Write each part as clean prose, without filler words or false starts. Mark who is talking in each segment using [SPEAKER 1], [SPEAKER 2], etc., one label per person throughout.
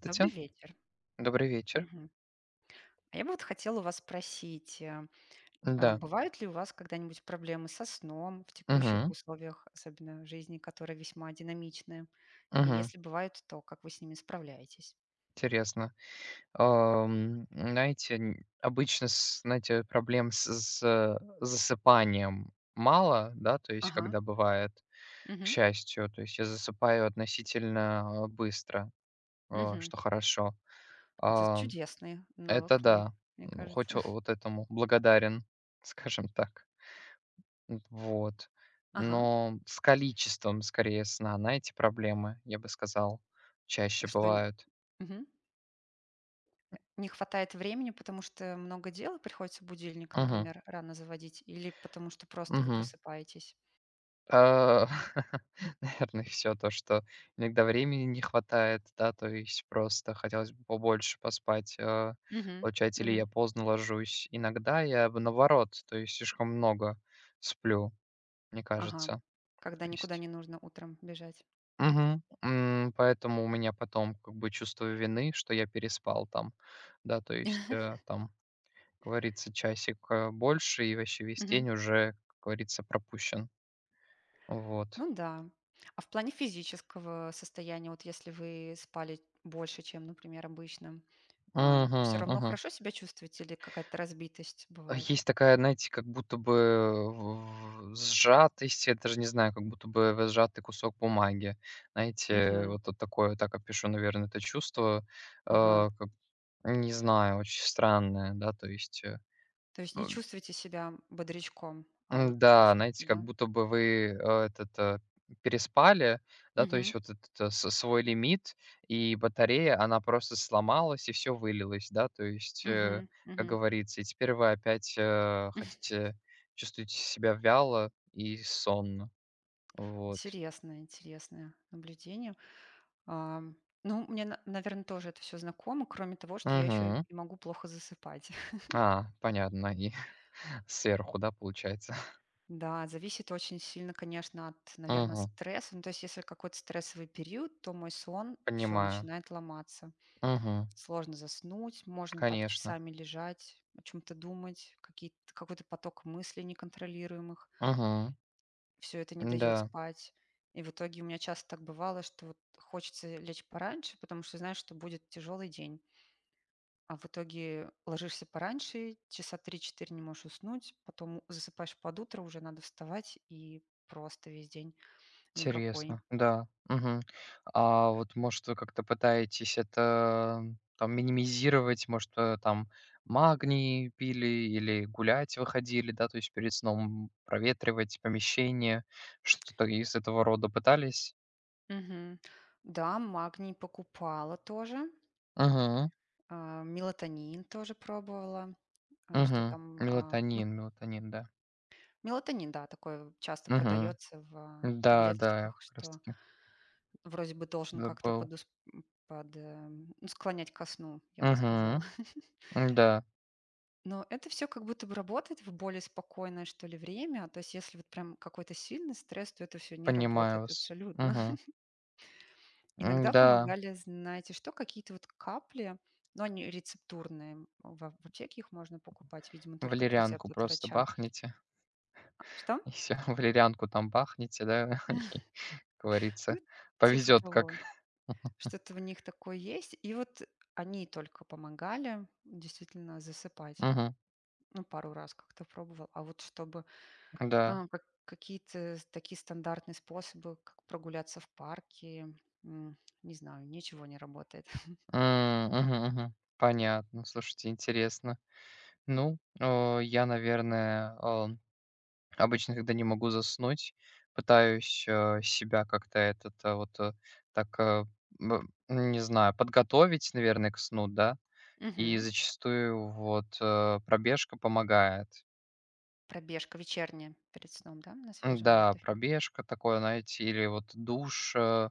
[SPEAKER 1] Добрый вечер.
[SPEAKER 2] добрый вечер.
[SPEAKER 1] Мгм. А я бы вот хотела у вас спросить,
[SPEAKER 2] Да,
[SPEAKER 1] бывают ли у вас когда-нибудь проблемы со сном в текущих
[SPEAKER 2] мгм,
[SPEAKER 1] условиях, особенно жизни, которая весьма динамичная? И
[SPEAKER 2] мгм,
[SPEAKER 1] если бывают, то как вы с ними справляетесь?
[SPEAKER 2] интересно. Знаете, обычно, знаете, проблем с засыпанием мало, да, то есть,
[SPEAKER 1] Ага.
[SPEAKER 2] когда бывает, к
[SPEAKER 1] Мгм.
[SPEAKER 2] счастью, то есть я засыпаю относительно быстро,
[SPEAKER 1] Мгм.
[SPEAKER 2] что хорошо.
[SPEAKER 1] Это
[SPEAKER 2] А,
[SPEAKER 1] чудесный
[SPEAKER 2] это
[SPEAKER 1] навык, мне,
[SPEAKER 2] да,
[SPEAKER 1] мне
[SPEAKER 2] ну, хоть
[SPEAKER 1] кажется.
[SPEAKER 2] вот этому благодарен, скажем так. Вот.
[SPEAKER 1] Ага.
[SPEAKER 2] Но с количеством, скорее, сна, на эти проблемы, я бы сказал,
[SPEAKER 1] А
[SPEAKER 2] чаще
[SPEAKER 1] Что н-
[SPEAKER 2] бывают.
[SPEAKER 1] мгм. Не хватает времени, потому что много дел, и приходится будильник,
[SPEAKER 2] Мгм,
[SPEAKER 1] например, рано заводить, или потому что просто вы
[SPEAKER 2] мгм.
[SPEAKER 1] просыпаетесь?
[SPEAKER 2] А, Наверное, все то, что иногда времени не хватает, да, то есть просто хотелось бы побольше поспать.
[SPEAKER 1] Мгм.
[SPEAKER 2] Получается, или
[SPEAKER 1] Мгм.
[SPEAKER 2] я поздно ложусь. Иногда я, б наоборот, то есть слишком много сплю, мне
[SPEAKER 1] Ага.
[SPEAKER 2] кажется.
[SPEAKER 1] Когда
[SPEAKER 2] То
[SPEAKER 1] никуда
[SPEAKER 2] есть
[SPEAKER 1] не нужно утром бежать.
[SPEAKER 2] мгм. Поэтому у меня потом как бы чувство вины, что я переспал там. Да, то есть, там, как говорится, часик, больше, и вообще весь
[SPEAKER 1] Мгм.
[SPEAKER 2] день уже, как говорится, пропущен. Вот.
[SPEAKER 1] Ну да. А в плане физического состояния, вот если вы спали больше, чем, например, обычно, все
[SPEAKER 2] Мгм,
[SPEAKER 1] равно
[SPEAKER 2] мгм.
[SPEAKER 1] хорошо себя чувствуете или какая-то разбитость
[SPEAKER 2] А
[SPEAKER 1] бывает?
[SPEAKER 2] есть такая, знаете, как будто бы в сжатость, я даже не знаю, как будто бы в сжатый кусок бумаги. Знаете,
[SPEAKER 1] Мгм.
[SPEAKER 2] вот такое, вот так опишу, наверное это чувство.
[SPEAKER 1] Ага.
[SPEAKER 2] Как не знаю, очень странное, да, то есть,
[SPEAKER 1] То есть
[SPEAKER 2] э,
[SPEAKER 1] не чувствуете себя бодрячком, а вот
[SPEAKER 2] м-да,
[SPEAKER 1] все-таки,
[SPEAKER 2] знаете, как
[SPEAKER 1] да?
[SPEAKER 2] будто бы вы, переспали, да, то
[SPEAKER 1] Мгм.
[SPEAKER 2] есть вот этот, э, с свой лимит, и батарея, она просто сломалась, и все вылилось, да, то есть,
[SPEAKER 1] Мгм.
[SPEAKER 2] как
[SPEAKER 1] Мгм.
[SPEAKER 2] говорится, и теперь вы опять, хотите, чувствуете себя вяло и сонно. Вот.
[SPEAKER 1] Интересное, интересное наблюдение. Ам, Ну, мне, наверное, тоже это все знакомо, кроме того, что я еще
[SPEAKER 2] Мгм.
[SPEAKER 1] и могу плохо засыпать.
[SPEAKER 2] А, понятно, и сверху, да, получается?
[SPEAKER 1] Да, зависит очень сильно, конечно, от, наверное,
[SPEAKER 2] Мгм.
[SPEAKER 1] стресса. Ну, то есть, если какой-то стрессовый период, то мой сон, все
[SPEAKER 2] Понимаю.
[SPEAKER 1] начинает ломаться.
[SPEAKER 2] Мгм.
[SPEAKER 1] Сложно заснуть, можно так
[SPEAKER 2] Конечно.
[SPEAKER 1] часами лежать, о чем то думать, какие какой-то поток мыслей неконтролируемых.
[SPEAKER 2] Мгм.
[SPEAKER 1] Все это не дает
[SPEAKER 2] Да,
[SPEAKER 1] спать. И в итоге у меня часто так бывало, что вот хочется лечь пораньше, потому что знаешь, что будет тяжелый день. А в итоге ложишься пораньше, часа 3-4 не можешь уснуть, потом засыпаешь под утро, уже надо вставать, и просто весь день никакой.
[SPEAKER 2] интересно, да. Мгм. А вот, может, вы как-то пытаетесь это там минимизировать? Может, там магний пили или гулять выходили, да, то есть перед сном проветривать помещение, что-то из этого рода пытались?
[SPEAKER 1] Мгм. Да, магний покупала тоже,
[SPEAKER 2] Мгм.
[SPEAKER 1] мелатонин тоже пробовала. А, Что
[SPEAKER 2] Мгм.
[SPEAKER 1] там? а,
[SPEAKER 2] Мелатонин, мелатонин, да.
[SPEAKER 1] Мелатонин, да, такой часто
[SPEAKER 2] Мгм.
[SPEAKER 1] продается в
[SPEAKER 2] Да, да, я
[SPEAKER 1] таблеточках,
[SPEAKER 2] как раз
[SPEAKER 1] что
[SPEAKER 2] таки
[SPEAKER 1] вроде бы должен как-то
[SPEAKER 2] забыл.
[SPEAKER 1] м, под, э, ну, склонять ко сну, я бы сказала.
[SPEAKER 2] Мгм. Да,
[SPEAKER 1] Но это все как будто бы работает в более спокойное, что ли, время. То есть если вот прям какой-то сильный стресс, то это все не
[SPEAKER 2] понимаю
[SPEAKER 1] работает
[SPEAKER 2] вас.
[SPEAKER 1] абсолютно.
[SPEAKER 2] Мгм.
[SPEAKER 1] Иногда
[SPEAKER 2] Да,
[SPEAKER 1] помогали, знаете что, какие-то вот капли, но они рецептурные. В аптеке их можно покупать, видимо, только по
[SPEAKER 2] валерьянку
[SPEAKER 1] рецепту от
[SPEAKER 2] просто
[SPEAKER 1] врача.
[SPEAKER 2] бахните.
[SPEAKER 1] А, что?
[SPEAKER 2] И всё, валерьянку там бахните, да, и, как говорится,
[SPEAKER 1] М. Типа
[SPEAKER 2] повезет как.
[SPEAKER 1] того. Что-то в них такое есть. И вот они только помогали действительно засыпать.
[SPEAKER 2] Мгм.
[SPEAKER 1] Ну, пару раз как-то пробовал.
[SPEAKER 2] Да.
[SPEAKER 1] Как какие-то такие стандартные способы, как прогуляться в парке, м, не знаю, ничего не работает.
[SPEAKER 2] Мгм, мгм. Понятно. Слушайте, интересно. Ну, я, наверное, обычно, когда не могу заснуть, пытаюсь, себя как-то этот, э, вот, э, так, э, б не знаю, подготовить, наверное, к сну, да. И
[SPEAKER 1] Мгм.
[SPEAKER 2] зачастую вот, пробежка помогает.
[SPEAKER 1] Пробежка вечерняя перед сном, да, на свежем
[SPEAKER 2] М-да,
[SPEAKER 1] воздухе?
[SPEAKER 2] пробежка такое, знаете, или вот душ, э,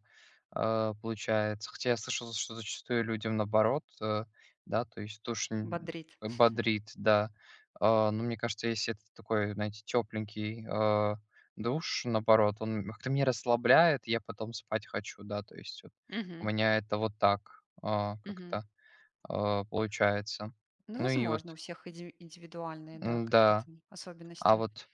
[SPEAKER 2] э, получается. Хотя я слышал, что зачастую людям наоборот, да, то есть душ н
[SPEAKER 1] Бодрит.
[SPEAKER 2] бодрит, да. А, но мне кажется, если это такой, знаете, тепленький, душ, наоборот, он как-то меня расслабляет, я потом спать хочу, да. То есть вот у
[SPEAKER 1] Мгм.
[SPEAKER 2] меня это вот так,
[SPEAKER 1] Мгм.
[SPEAKER 2] как-то, получается.
[SPEAKER 1] Ну,
[SPEAKER 2] Ну и вот,
[SPEAKER 1] возможно, у всех индивидуальные, да, какие-то
[SPEAKER 2] м-да, а
[SPEAKER 1] особенности.
[SPEAKER 2] вот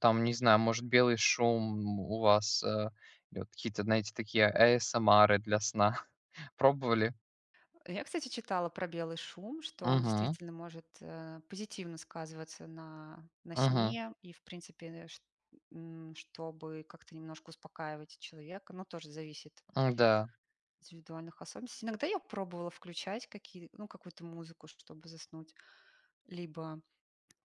[SPEAKER 2] там, не знаю, может, белый шум у вас, или вот какие-то, знаете, такие ASMR для сна. Пробовали?
[SPEAKER 1] Я, кстати, читала про белый шум, что он
[SPEAKER 2] Угу,
[SPEAKER 1] действительно может позитивно сказываться на
[SPEAKER 2] угу,
[SPEAKER 1] сне и, в принципе, чтобы как-то немножко успокаивать человека, но тоже зависит
[SPEAKER 2] м-да.
[SPEAKER 1] индивидуальных особенностей. Иногда я пробовала включать какую-то музыку, чтобы заснуть. Либо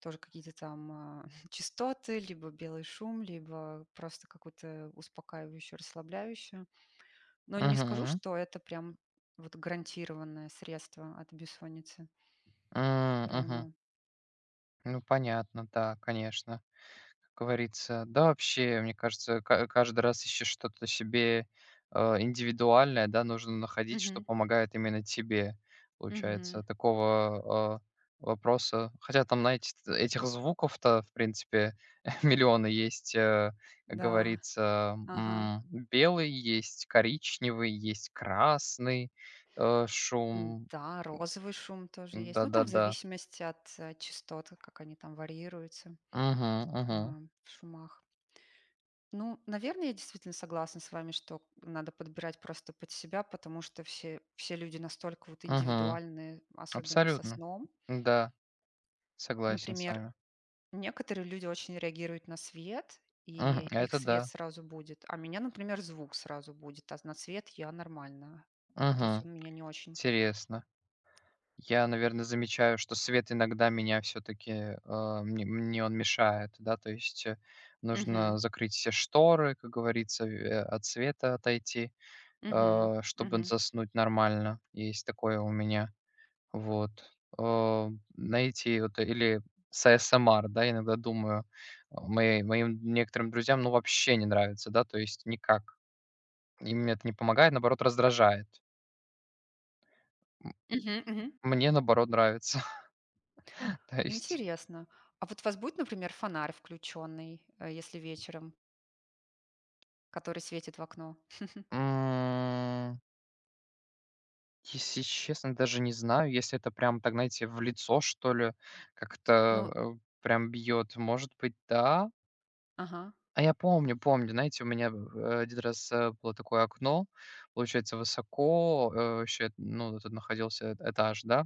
[SPEAKER 1] тоже какие-то там, частоты, либо белый шум, либо просто какую-то успокаивающую, расслабляющую. Но не скажу,
[SPEAKER 2] Мгм.
[SPEAKER 1] что это прям вот гарантированное средство от бессонницы. Всё равно.
[SPEAKER 2] Мгм. Ну, понятно, да, конечно. Как говорится, да, вообще, мне кажется, ка каждый раз ищешь что-то себе, индивидуальное, да, нужно находить, что
[SPEAKER 1] Мгм.
[SPEAKER 2] помогает именно тебе.
[SPEAKER 1] Мгм.
[SPEAKER 2] Получается, такого, вопроса хотя там, знаете, т этих звуков-то, в принципе, миллионы есть, как
[SPEAKER 1] Да.
[SPEAKER 2] говорится,
[SPEAKER 1] Ага.
[SPEAKER 2] м. Белый есть, коричневый есть, красный, шум.
[SPEAKER 1] М-да, розовый шум тоже есть. Ну, там в
[SPEAKER 2] Да-да-да.
[SPEAKER 1] зависимости от, частот, как они там варьируются,
[SPEAKER 2] Мгм, мгм,
[SPEAKER 1] в шумах. Ну, наверное, я действительно согласна с вами, что надо подбирать просто под себя, потому что все люди настолько вот
[SPEAKER 2] мгм.
[SPEAKER 1] индивидуальны, особенно со
[SPEAKER 2] Абсолютно.
[SPEAKER 1] сном.
[SPEAKER 2] Да, согласен с
[SPEAKER 1] Например,
[SPEAKER 2] вами.
[SPEAKER 1] некоторые люди очень реагируют на свет, и
[SPEAKER 2] Мгм.
[SPEAKER 1] их
[SPEAKER 2] Это
[SPEAKER 1] свет
[SPEAKER 2] да.
[SPEAKER 1] сразу будет, а меня, например, звук сразу будет, а на свет я нормально. То есть
[SPEAKER 2] Мгм.
[SPEAKER 1] он меня не очень.
[SPEAKER 2] Интересно. Я, наверное, замечаю, что свет иногда меня все-таки, мне он мешает, да, то есть
[SPEAKER 1] Мгм.
[SPEAKER 2] нужно закрыть все шторы, как говорится, от света отойти,
[SPEAKER 1] Мгм.
[SPEAKER 2] чтобы
[SPEAKER 1] Мгм.
[SPEAKER 2] заснуть нормально. Есть такое у меня. Вот. Найти вот, или с ASMR, да, иногда думаю, моим некоторым друзьям, ну, вообще не нравится, да, то есть никак. Им это не помогает, наоборот, раздражает.
[SPEAKER 1] Мгм. Мгм.
[SPEAKER 2] Мне, наоборот, нравится. То есть,
[SPEAKER 1] Интересно. А вот у вас будет, например, фонарь включенный, если вечером, который светит в окно?
[SPEAKER 2] м, если честно, даже не знаю, если это прям так, знаете, в лицо, что ли, как-то,
[SPEAKER 1] Ну,
[SPEAKER 2] прям бьет. Может быть, да.
[SPEAKER 1] ага.
[SPEAKER 2] А я помню, помню. Знаете, у меня, один раз, было такое окно, получается, высоко, вообще, ну, тут находился этаж, да,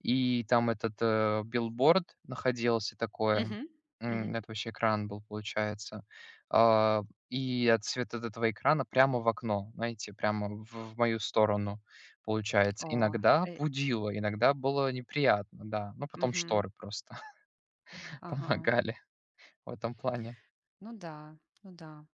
[SPEAKER 2] и там этот, билборд находился такое.
[SPEAKER 1] Мгм. Мгм.
[SPEAKER 2] Это вообще экран был, получается. А, и от света от этого экрана прямо в окно, знаете, прямо в мою сторону, получается.
[SPEAKER 1] О,
[SPEAKER 2] Иногда
[SPEAKER 1] э,
[SPEAKER 2] будило, иногда было неприятно, да. Ну, потом
[SPEAKER 1] мгм.
[SPEAKER 2] шторы просто
[SPEAKER 1] Ага.
[SPEAKER 2] помогали в этом плане.
[SPEAKER 1] Ну да, ну да.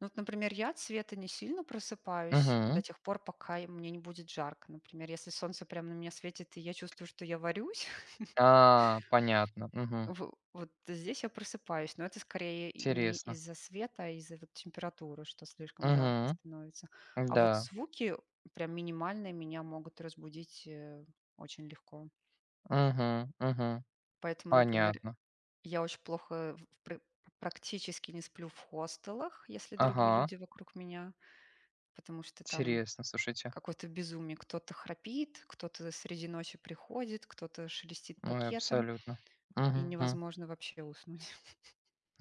[SPEAKER 1] Ну вот, например, я от света не сильно просыпаюсь до
[SPEAKER 2] Мгм.
[SPEAKER 1] тех пор, пока и мне не будет жарко. Например, если солнце прямо на меня светит, и я чувствую, что я варюсь,
[SPEAKER 2] А, понятно. Мгм.
[SPEAKER 1] вот здесь я просыпаюсь. Но это скорее и не
[SPEAKER 2] Интересно.
[SPEAKER 1] из-за света, а из-за вот температуры, что слишком жарко
[SPEAKER 2] Мгм.
[SPEAKER 1] становится. А вот
[SPEAKER 2] Да.
[SPEAKER 1] звуки прям минимальные меня могут разбудить очень легко.
[SPEAKER 2] Мгм, мгм.
[SPEAKER 1] Поэтому, например,
[SPEAKER 2] Понятно.
[SPEAKER 1] Я очень плохо в пр практически не сплю в хостелах, если другие
[SPEAKER 2] Ага.
[SPEAKER 1] люди вокруг меня, потому что там
[SPEAKER 2] Интересно, слушайте.
[SPEAKER 1] какое-то безумие. Кто-то храпит, кто-то среди ночи приходит, кто-то шелестит
[SPEAKER 2] Ой,
[SPEAKER 1] пакетом,
[SPEAKER 2] абсолютно.
[SPEAKER 1] и
[SPEAKER 2] Мгм.
[SPEAKER 1] невозможно вообще уснуть.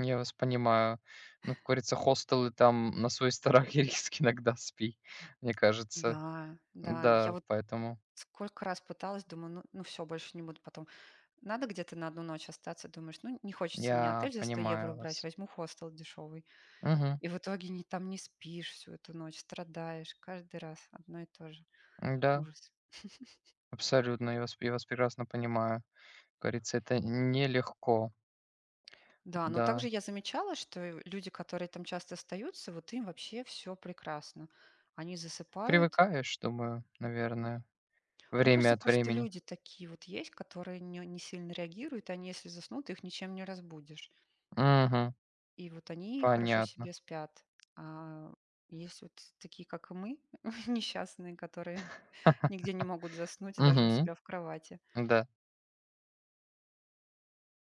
[SPEAKER 2] Я вас понимаю. Ну, как говорится, хостелы там на свой страх и риск иногда спи, мне кажется.
[SPEAKER 1] Да, да, я
[SPEAKER 2] Да,
[SPEAKER 1] вот
[SPEAKER 2] поэтому
[SPEAKER 1] сколько раз пыталась, думаю, ну всё, больше не буду потом. Надо где-то на одну ночь остаться, думаешь, ну не хочется мне
[SPEAKER 2] я
[SPEAKER 1] отель за 100 евро
[SPEAKER 2] понимаю
[SPEAKER 1] брать,
[SPEAKER 2] вас.
[SPEAKER 1] возьму хостел дешевый.
[SPEAKER 2] Мгм.
[SPEAKER 1] И в итоге не там не спишь всю эту ночь, страдаешь каждый раз одно и то же.
[SPEAKER 2] Да,
[SPEAKER 1] Ужас.
[SPEAKER 2] абсолютно. Я вас прекрасно понимаю. Как говорится, это нелегко.
[SPEAKER 1] Да, но
[SPEAKER 2] Да.
[SPEAKER 1] также я замечала, что люди, которые там часто остаются, вот им вообще все прекрасно. Они засыпают.
[SPEAKER 2] Привыкаешь, думаю, наверное.
[SPEAKER 1] Мне
[SPEAKER 2] Время
[SPEAKER 1] кажется,
[SPEAKER 2] от
[SPEAKER 1] просто
[SPEAKER 2] времени.
[SPEAKER 1] люди такие вот есть, которые не сильно реагируют. Они, если заснут, их ничем не разбудишь.
[SPEAKER 2] Мгм.
[SPEAKER 1] И вот они хорошо
[SPEAKER 2] Понятно.
[SPEAKER 1] себе спят. А есть вот такие, как и мы, несчастные, которые нигде не могут заснуть, даже у
[SPEAKER 2] Мгм.
[SPEAKER 1] себя в кровати.
[SPEAKER 2] Да,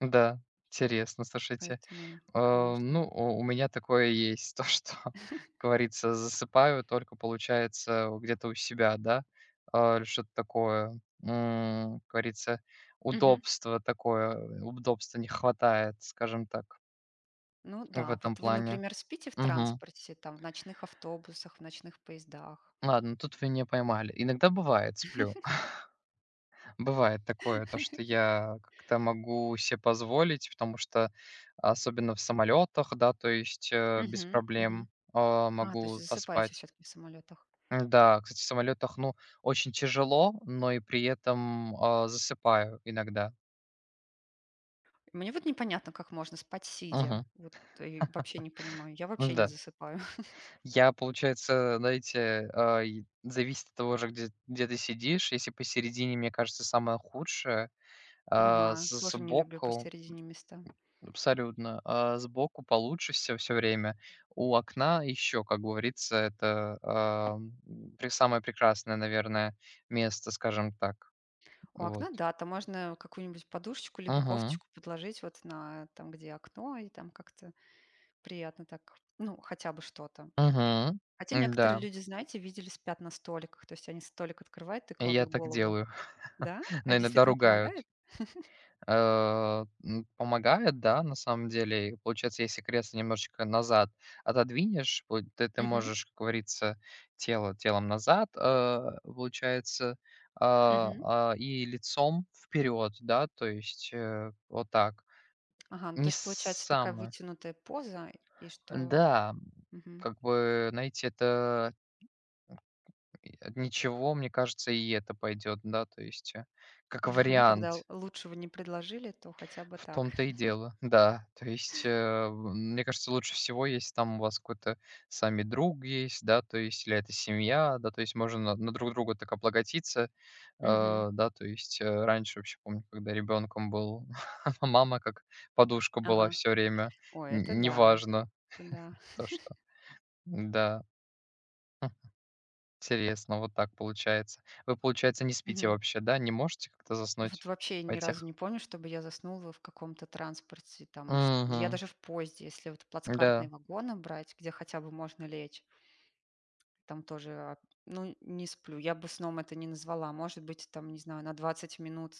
[SPEAKER 2] да. Интересно, слушайте.
[SPEAKER 1] Поэтому,
[SPEAKER 2] Ну,
[SPEAKER 1] конечно.
[SPEAKER 2] у меня такое есть, то, что, как говорится, засыпаю только, получается, где-то у себя, да, или что-то такое. Как говорится,
[SPEAKER 1] Мгм.
[SPEAKER 2] удобство такое, удобства не хватает, скажем так,
[SPEAKER 1] Ну
[SPEAKER 2] в
[SPEAKER 1] да,
[SPEAKER 2] этом
[SPEAKER 1] вот вы,
[SPEAKER 2] плане.
[SPEAKER 1] например, спите в
[SPEAKER 2] Мгм.
[SPEAKER 1] транспорте, там, в ночных автобусах, в ночных поездах?
[SPEAKER 2] Ладно, тут вы не поймали. Иногда бывает, сплю. Бывает такое, то, что я как-то могу себе позволить, потому что особенно в самолетах, да, то есть, без
[SPEAKER 1] Мгм, мгм.
[SPEAKER 2] проблем,
[SPEAKER 1] То есть
[SPEAKER 2] могу
[SPEAKER 1] засыпаете
[SPEAKER 2] поспать.
[SPEAKER 1] всё-таки в самолетах.
[SPEAKER 2] М-да, кстати, в самолетах, ну, очень тяжело, но и при этом, засыпаю иногда.
[SPEAKER 1] Мне вот непонятно, как можно спать сидя.
[SPEAKER 2] Мгм.
[SPEAKER 1] Вот, вообще не понимаю. Я
[SPEAKER 2] Ну
[SPEAKER 1] вообще не
[SPEAKER 2] да.
[SPEAKER 1] засыпаю.
[SPEAKER 2] Я, получается, знаете, и зависит от того же, где ты сидишь. Если посередине, мне кажется, самое худшее, а,
[SPEAKER 1] Ага,
[SPEAKER 2] с
[SPEAKER 1] тоже не люблю
[SPEAKER 2] сбоку.
[SPEAKER 1] посередине места.
[SPEAKER 2] Абсолютно. А сбоку получше все время. У окна еще, как говорится, это, ам, пре самое прекрасное, наверное, место, скажем так.
[SPEAKER 1] У
[SPEAKER 2] Вот.
[SPEAKER 1] окна, да, там можно какую-нибудь подушечку либо
[SPEAKER 2] Мгм.
[SPEAKER 1] кофточку подложить вот на там, где окно, и там как-то приятно так, ну, хотя бы что-то.
[SPEAKER 2] Мгм.
[SPEAKER 1] Хотя некоторые
[SPEAKER 2] Да,
[SPEAKER 1] люди, знаете, видели, спят на столиках, то есть они столик открывают и
[SPEAKER 2] я
[SPEAKER 1] кладут
[SPEAKER 2] так
[SPEAKER 1] голову.
[SPEAKER 2] делаю,
[SPEAKER 1] Да? А
[SPEAKER 2] но иногда
[SPEAKER 1] действительно
[SPEAKER 2] ругают.
[SPEAKER 1] помогает?
[SPEAKER 2] Помогает, да, на самом деле. И получается, если кресло немножечко назад отодвинешь, вот ты
[SPEAKER 1] Мгм.
[SPEAKER 2] можешь, как говорится, тело телом назад, получается, а,
[SPEAKER 1] Мгм.
[SPEAKER 2] и лицом вперед, да, то есть, вот так.
[SPEAKER 1] Ага, ну, то
[SPEAKER 2] Не
[SPEAKER 1] есть получается такая
[SPEAKER 2] самое.
[SPEAKER 1] вытянутая поза, и что?
[SPEAKER 2] Да,
[SPEAKER 1] Мгм.
[SPEAKER 2] как бы, знаете, это и от ничего, мне кажется, и это пойдет, да, то есть, как
[SPEAKER 1] Ну, когда л
[SPEAKER 2] вариант.
[SPEAKER 1] лучшего не предложили, то хотя бы
[SPEAKER 2] В
[SPEAKER 1] так.
[SPEAKER 2] том-то и дело, да. То есть, э, в мне кажется, лучше всего, если там у вас какой-то сами друг есть, да, то есть, или это семья, да, то есть можно на друг друга так облаготиться.
[SPEAKER 1] Мгм.
[SPEAKER 2] Да, то есть, раньше вообще помню, когда ребенком был, мама как подушка была
[SPEAKER 1] Ага.
[SPEAKER 2] все время,
[SPEAKER 1] Ой, это
[SPEAKER 2] н
[SPEAKER 1] да,
[SPEAKER 2] неважно,
[SPEAKER 1] это да.
[SPEAKER 2] кто что. Да, хм, интересно, вот так получается. Вы, получается, не спите
[SPEAKER 1] Мгм.
[SPEAKER 2] вообще, да? Не можете как-то
[SPEAKER 1] Вот
[SPEAKER 2] заснуть
[SPEAKER 1] вообще
[SPEAKER 2] в
[SPEAKER 1] ни разу
[SPEAKER 2] этих.
[SPEAKER 1] не помню, чтобы я заснула в каком-то транспорте, там, чт я
[SPEAKER 2] Мгм.
[SPEAKER 1] даже в поезде, если вот плацкартные
[SPEAKER 2] Да.
[SPEAKER 1] вагоны брать, где хотя бы можно лечь, там тоже, не сплю. Я бы сном это не назвала. Может быть, там, не знаю, на 20 минут,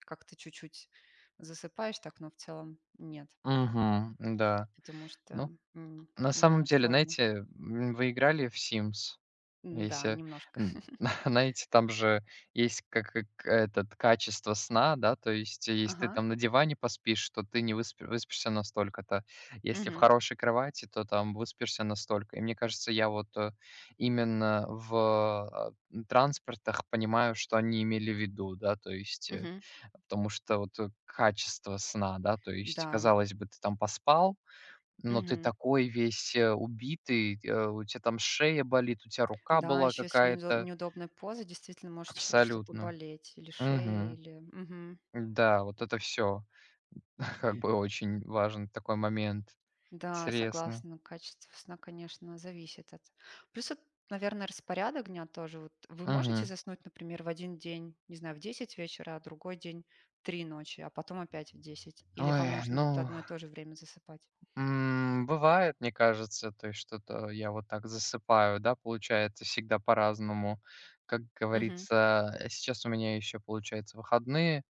[SPEAKER 1] как ты чуть-чуть засыпаешь так, но в целом нет,
[SPEAKER 2] Мгм. Да.
[SPEAKER 1] потому что,
[SPEAKER 2] Ну,
[SPEAKER 1] м,
[SPEAKER 2] на
[SPEAKER 1] не
[SPEAKER 2] самом
[SPEAKER 1] знаю,
[SPEAKER 2] деле,
[SPEAKER 1] сложно.
[SPEAKER 2] знаете, вы играли в Sims?
[SPEAKER 1] Да,
[SPEAKER 2] Если,
[SPEAKER 1] немножко.
[SPEAKER 2] н знаете, там же есть как этот качество сна, да, то есть, если ты
[SPEAKER 1] Ага.
[SPEAKER 2] там на диване поспишь, то ты не выспишься настолько, то если в
[SPEAKER 1] Мгм.
[SPEAKER 2] хорошей кровати, то там выспишься настолько. И мне кажется, я вот, именно в транспортах понимаю, что они имели в виду, да, то есть,
[SPEAKER 1] Мгм.
[SPEAKER 2] потому что вот, качество сна, да, то есть,
[SPEAKER 1] Да.
[SPEAKER 2] казалось бы, ты там поспал, но ты
[SPEAKER 1] Мгм.
[SPEAKER 2] такой весь, убитый, у тебя там шея болит, у тебя рука
[SPEAKER 1] Да,
[SPEAKER 2] была
[SPEAKER 1] еще если
[SPEAKER 2] какая-то.
[SPEAKER 1] неудобная поза, действительно может чт что-то
[SPEAKER 2] Абсолютно.
[SPEAKER 1] болеть или шея,
[SPEAKER 2] Мгм.
[SPEAKER 1] или мгм.
[SPEAKER 2] Да, вот это все, как бы очень важен такой момент.
[SPEAKER 1] Да,
[SPEAKER 2] Интересно.
[SPEAKER 1] согласна. Качество сна, конечно, зависит от. Плюс, вот, наверное, распорядок дня тоже. Вот вы можете
[SPEAKER 2] Мгм.
[SPEAKER 1] заснуть, например, в один день, не знаю, в 10 вечера, а другой день в 3 ночи, а потом опять в 10. Или
[SPEAKER 2] Ой,
[SPEAKER 1] вам нужно вот
[SPEAKER 2] ну,
[SPEAKER 1] одно и то же время засыпать?
[SPEAKER 2] бывает, мне кажется, то есть что-то я вот так засыпаю, да, получается, всегда по-разному. Как
[SPEAKER 1] Мгм.
[SPEAKER 2] говорится, сейчас у меня еще, получается, выходные.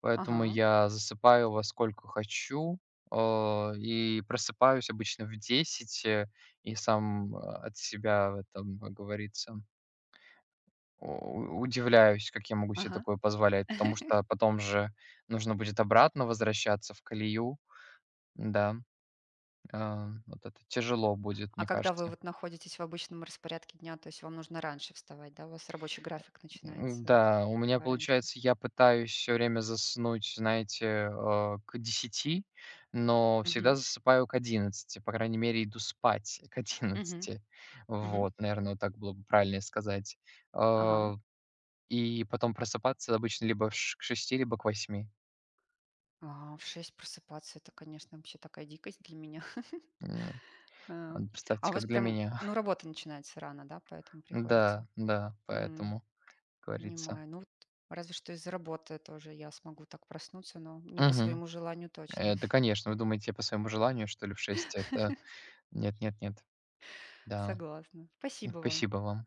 [SPEAKER 2] Поэтому
[SPEAKER 1] Ага,
[SPEAKER 2] я засыпаю во сколько хочу, и просыпаюсь обычно в десять, и сам, от себя в этом, как говорится, у удивляюсь, как я могу себе
[SPEAKER 1] ага.
[SPEAKER 2] такое позволять, потому что потом же нужно будет обратно возвращаться в колею. Да, вот это тяжело будет,
[SPEAKER 1] А
[SPEAKER 2] мне
[SPEAKER 1] когда вы
[SPEAKER 2] кажется.
[SPEAKER 1] вот находитесь в обычном распорядке дня, то есть вам нужно раньше вставать, да? У вас рабочий график начинается
[SPEAKER 2] Да, у меня
[SPEAKER 1] раньше?
[SPEAKER 2] получается, я пытаюсь все время заснуть, знаете, к 10, но всегда
[SPEAKER 1] Мгм.
[SPEAKER 2] засыпаю к 11. По крайней мере, иду спать к
[SPEAKER 1] Мгм.
[SPEAKER 2] одиннадцати,
[SPEAKER 1] Мгм.
[SPEAKER 2] Вот, наверное, вот так было бы правильнее сказать.
[SPEAKER 1] Ага.
[SPEAKER 2] Э, и потом просыпаться обычно либо в ш к 6, либо к 8.
[SPEAKER 1] В 6 просыпаться, это, конечно, вообще такая дикость для меня.
[SPEAKER 2] М,
[SPEAKER 1] А. А
[SPEAKER 2] Представьте,
[SPEAKER 1] у вас
[SPEAKER 2] как для
[SPEAKER 1] прям,
[SPEAKER 2] меня.
[SPEAKER 1] ну, работа начинается рано, да, поэтому приходится?
[SPEAKER 2] Да, да,
[SPEAKER 1] М,
[SPEAKER 2] поэтому, как говорится.
[SPEAKER 1] Понимаю. Ну, вот разве что из-за работы тоже я смогу так проснуться, но не по
[SPEAKER 2] Мгм.
[SPEAKER 1] своему желанию точно.
[SPEAKER 2] Это, конечно, вы думаете, я по своему желанию, что ли, в 6? Это нет, нет, нет. Да.
[SPEAKER 1] Согласна. Спасибо вам.
[SPEAKER 2] Спасибо вам.